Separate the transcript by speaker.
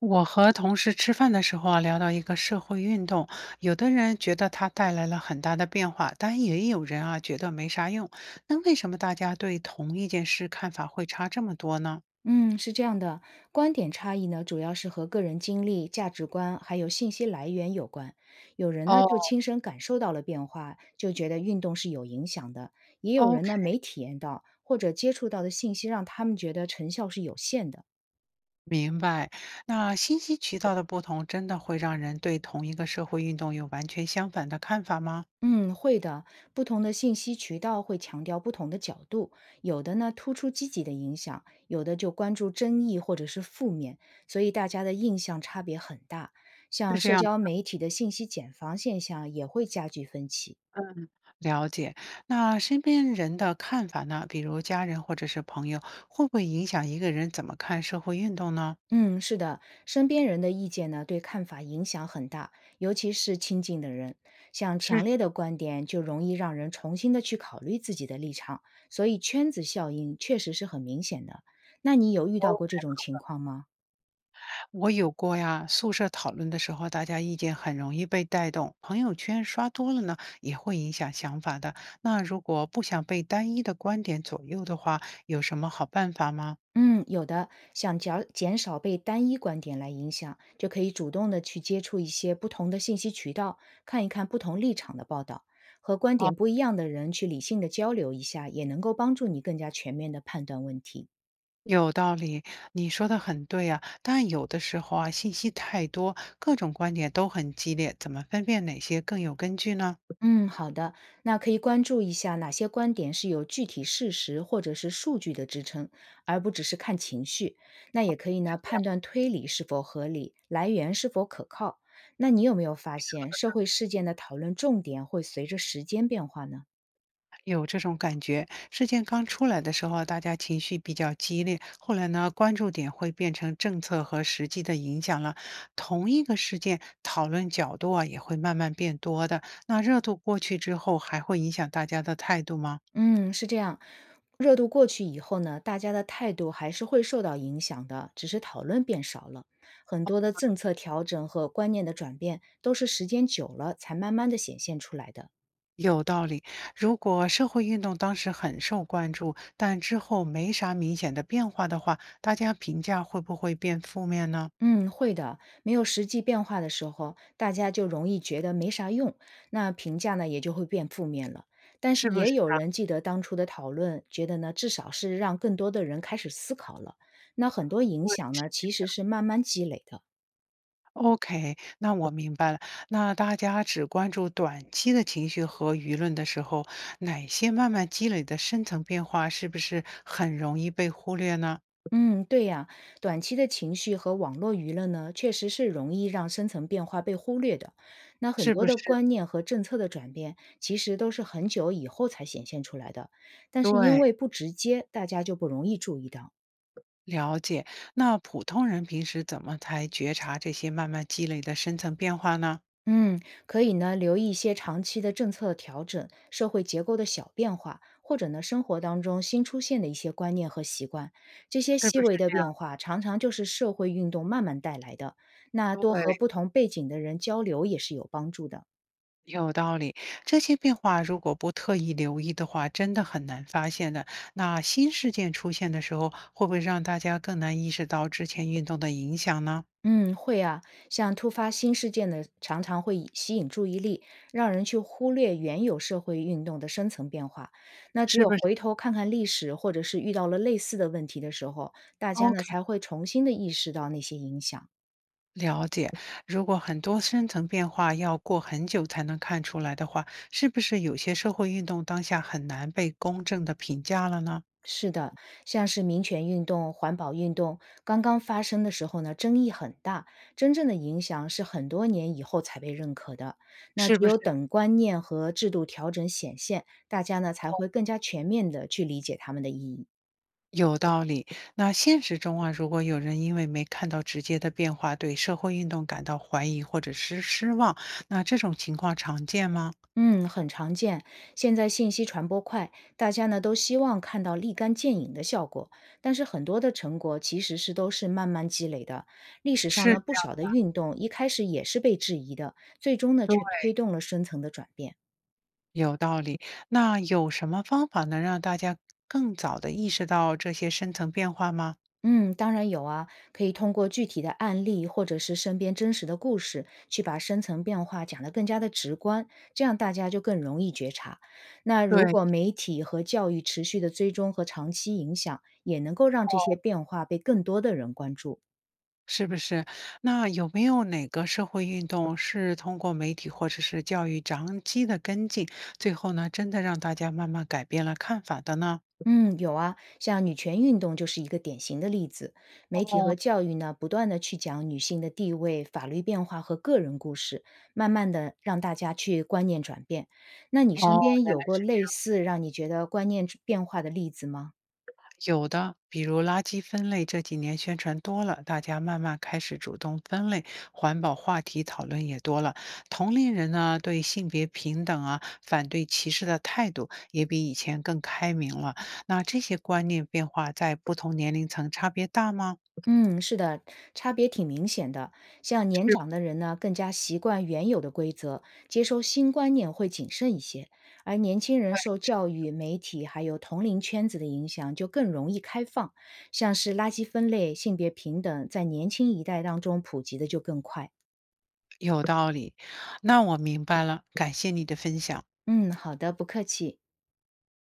Speaker 1: 我和同事吃饭的时候啊，聊到一个社会运动，有的人觉得它带来了很大的变化，但也有人啊觉得没啥用。那为什么大家对同一件事看法会差这么多呢？
Speaker 2: 嗯，是这样的，观点差异呢，主要是和个人经历、价值观还有信息来源有关。有人呢就
Speaker 1: 哦
Speaker 2: 亲身感受到了变化，就觉得运动是有影响的；也有人
Speaker 1: ，OK，
Speaker 2: 呢没体验到，或者接触到的信息让他们觉得成效是有限的。
Speaker 1: 明白。那信息渠道的不同，真的会让人对同一个社会运动有完全相反的看法吗？
Speaker 2: 嗯，会的。不同的信息渠道会强调不同的角度，有的呢突出积极的影响，有的就关注争议或者是负面，所以大家的印象差别很大。像
Speaker 1: 是这
Speaker 2: 社
Speaker 1: 样，
Speaker 2: 交媒体的信息茧房现象也会加剧分歧。
Speaker 1: 了解。那身边人的看法呢？比如家人或者是朋友，会不会影响一个人怎么看社会运动呢？
Speaker 2: 嗯，是的，身边人的意见呢，对看法影响很大，尤其是亲近的人，像
Speaker 1: 是。
Speaker 2: 强烈的观点就容易让人重新的去考虑自己的立场，所以圈子效应确实是很明显的。那你有遇到过这种情况吗？
Speaker 1: 我有过呀，宿舍讨论的时候，大家意见很容易被带动，朋友圈刷多了呢，也会影响想法的。那如果不想被单一的观点左右的话，有什么好办法吗？
Speaker 2: 嗯，有的，想减少被单一观点来影响，就可以主动的去接触一些不同的信息渠道，看一看不同立场的报道，和观
Speaker 1: 哦，
Speaker 2: 点不一样的人去理性的交流一下，也能够帮助你更加全面的判断问题。
Speaker 1: 有道理，你说的很对啊。但有的时候啊，信息太多，各种观点都很激烈，怎么分辨哪些更有根据呢？
Speaker 2: 嗯，好的，那可以关注一下哪些观点是有具体事实或者是数据的支撑，而不只是看情绪。那也可以呢，判断推理是否合理，来源是否可靠。那你有没有发现，社会事件的讨论重点会随着时间变化呢？
Speaker 1: 有这种感觉，事件刚出来的时候，大家情绪比较激烈，后来呢，关注点会变成政策和实际的影响了。同一个事件，讨论角度啊也会慢慢变多的。那热度过去之后，还会影响大家的态度吗？
Speaker 2: 嗯，是这样。热度过去以后呢，大家的态度还是会受到影响的，只是讨论变少了。很多的政策调整和观念的转变，都是时间久了才慢慢的显现出来的。
Speaker 1: 有道理。如果社会运动当时很受关注，但之后没啥明显的变化的话，大家评价会不会变负面呢？
Speaker 2: 嗯，会的。没有实际变化的时候，大家就容易觉得没啥用，那评价呢也就会变负面了。但是
Speaker 1: 是不是？
Speaker 2: 也有人记得当初的讨论，觉得呢至少是让更多的人开始思考了。那很多影响呢其实是慢慢积累的。
Speaker 1: OK，那我明白了。那大家只关注短期的情绪和舆论的时候，哪些慢慢积累的深层变化是不是很容易被忽略呢？
Speaker 2: 嗯，对呀，短期的情绪和网络娱乐呢，确实是容易让深层变化被忽略的。那很
Speaker 1: 是不
Speaker 2: 多
Speaker 1: 是？
Speaker 2: 的观念和政策的转变，其实都是很久以后才显现出来的，但是因
Speaker 1: 对，
Speaker 2: 为不直接，大家就不容易注意到。
Speaker 1: 了解。那普通人平时怎么才觉察这些慢慢积累的深层变化呢？
Speaker 2: 嗯，可以呢，留意一些长期的政策调整、社会结构的小变化，或者呢，生活当中新出现的一些观念和习惯。这些
Speaker 1: 是
Speaker 2: 细
Speaker 1: 不是
Speaker 2: 微的
Speaker 1: 这样？
Speaker 2: 变化，常常就是社会运动慢慢带来的。那多和
Speaker 1: 对。
Speaker 2: 不同背景的人交流也是有帮助的。
Speaker 1: 有道理，这些变化如果不特意留意的话，真的很难发现的。那新事件出现的时候，会不会让大家更难意识到之前运动的影响呢？
Speaker 2: 嗯，会啊，像突发新事件呢，常常会以吸引注意力，让人去忽略原有社会运动的深层变化。那只
Speaker 1: 是
Speaker 2: 有
Speaker 1: 不是
Speaker 2: 回头看看历史，或者是遇到了类似的问题的时候，大家呢
Speaker 1: ？OK，
Speaker 2: 才会重新的意识到那些影响。
Speaker 1: 了解。如果很多深层变化要过很久才能看出来的话，是不是有些社会运动当下很难被公正的评价了呢？
Speaker 2: 是的，像是民权运动、环保运动刚刚发生的时候呢，争议很大，真正的影响是很多年以后才被认可的。那
Speaker 1: 是
Speaker 2: 只
Speaker 1: 不是？
Speaker 2: 有等观念和制度调整显现，大家呢才会更加全面的去理解它们的意义。
Speaker 1: 有道理。那现实中啊，如果有人因为没看到直接的变化，对社会运动感到怀疑或者是失望，那这种情况常见吗？
Speaker 2: 嗯，很常见。现在信息传播快，大家呢都希望看到立竿见影的效果，但是很多的成果其实是都是慢慢积累的。历史上
Speaker 1: 是。
Speaker 2: 呢，不少的运动一开始也是被质疑的，最终呢
Speaker 1: 对，
Speaker 2: 却推动了深层的转变。
Speaker 1: 有道理。那有什么方法能让大家更早的意识到这些深层变化吗？
Speaker 2: 嗯，当然有啊，可以通过具体的案例或者是身边真实的故事，去把深层变化讲得更加的直观，这样大家就更容易觉察。那
Speaker 1: 对，
Speaker 2: 如果媒体和教育持续的追踪和长期影响，也能够让这些变化被更多的人关注。
Speaker 1: 是不是？那有没有哪个社会运动是通过媒体或者是教育长期的跟进，最后呢，真的让大家慢慢改变了看法的呢？
Speaker 2: 嗯，有啊，像女权运动就是一个典型的例子。媒体
Speaker 1: 哦
Speaker 2: 和教育呢，不断的去讲女性的地位、法律变化和个人故事，慢慢的让大家去观念转变。那你身
Speaker 1: 哦，
Speaker 2: 边
Speaker 1: 原来
Speaker 2: 有过
Speaker 1: 是
Speaker 2: 类似让你觉得观念变化的例子吗？
Speaker 1: 有的，比如垃圾分类，这几年宣传多了，大家慢慢开始主动分类，环保话题讨论也多了。同龄人呢，对性别平等啊、反对歧视的态度也比以前更开明了。那这些观念变化在不同年龄层差别大吗？
Speaker 2: 嗯，是的，差别挺明显的。像年长的人呢，更加习惯原有的规则，接收新观念会谨慎一些；而年轻人受教育、媒体还有同龄圈子的影响，就更容易开放。像是垃圾分类、性别平等，在年轻一代当中普及的就更快。
Speaker 1: 有道理。那我明白了，感谢你的分享。
Speaker 2: 嗯，好的，不客气。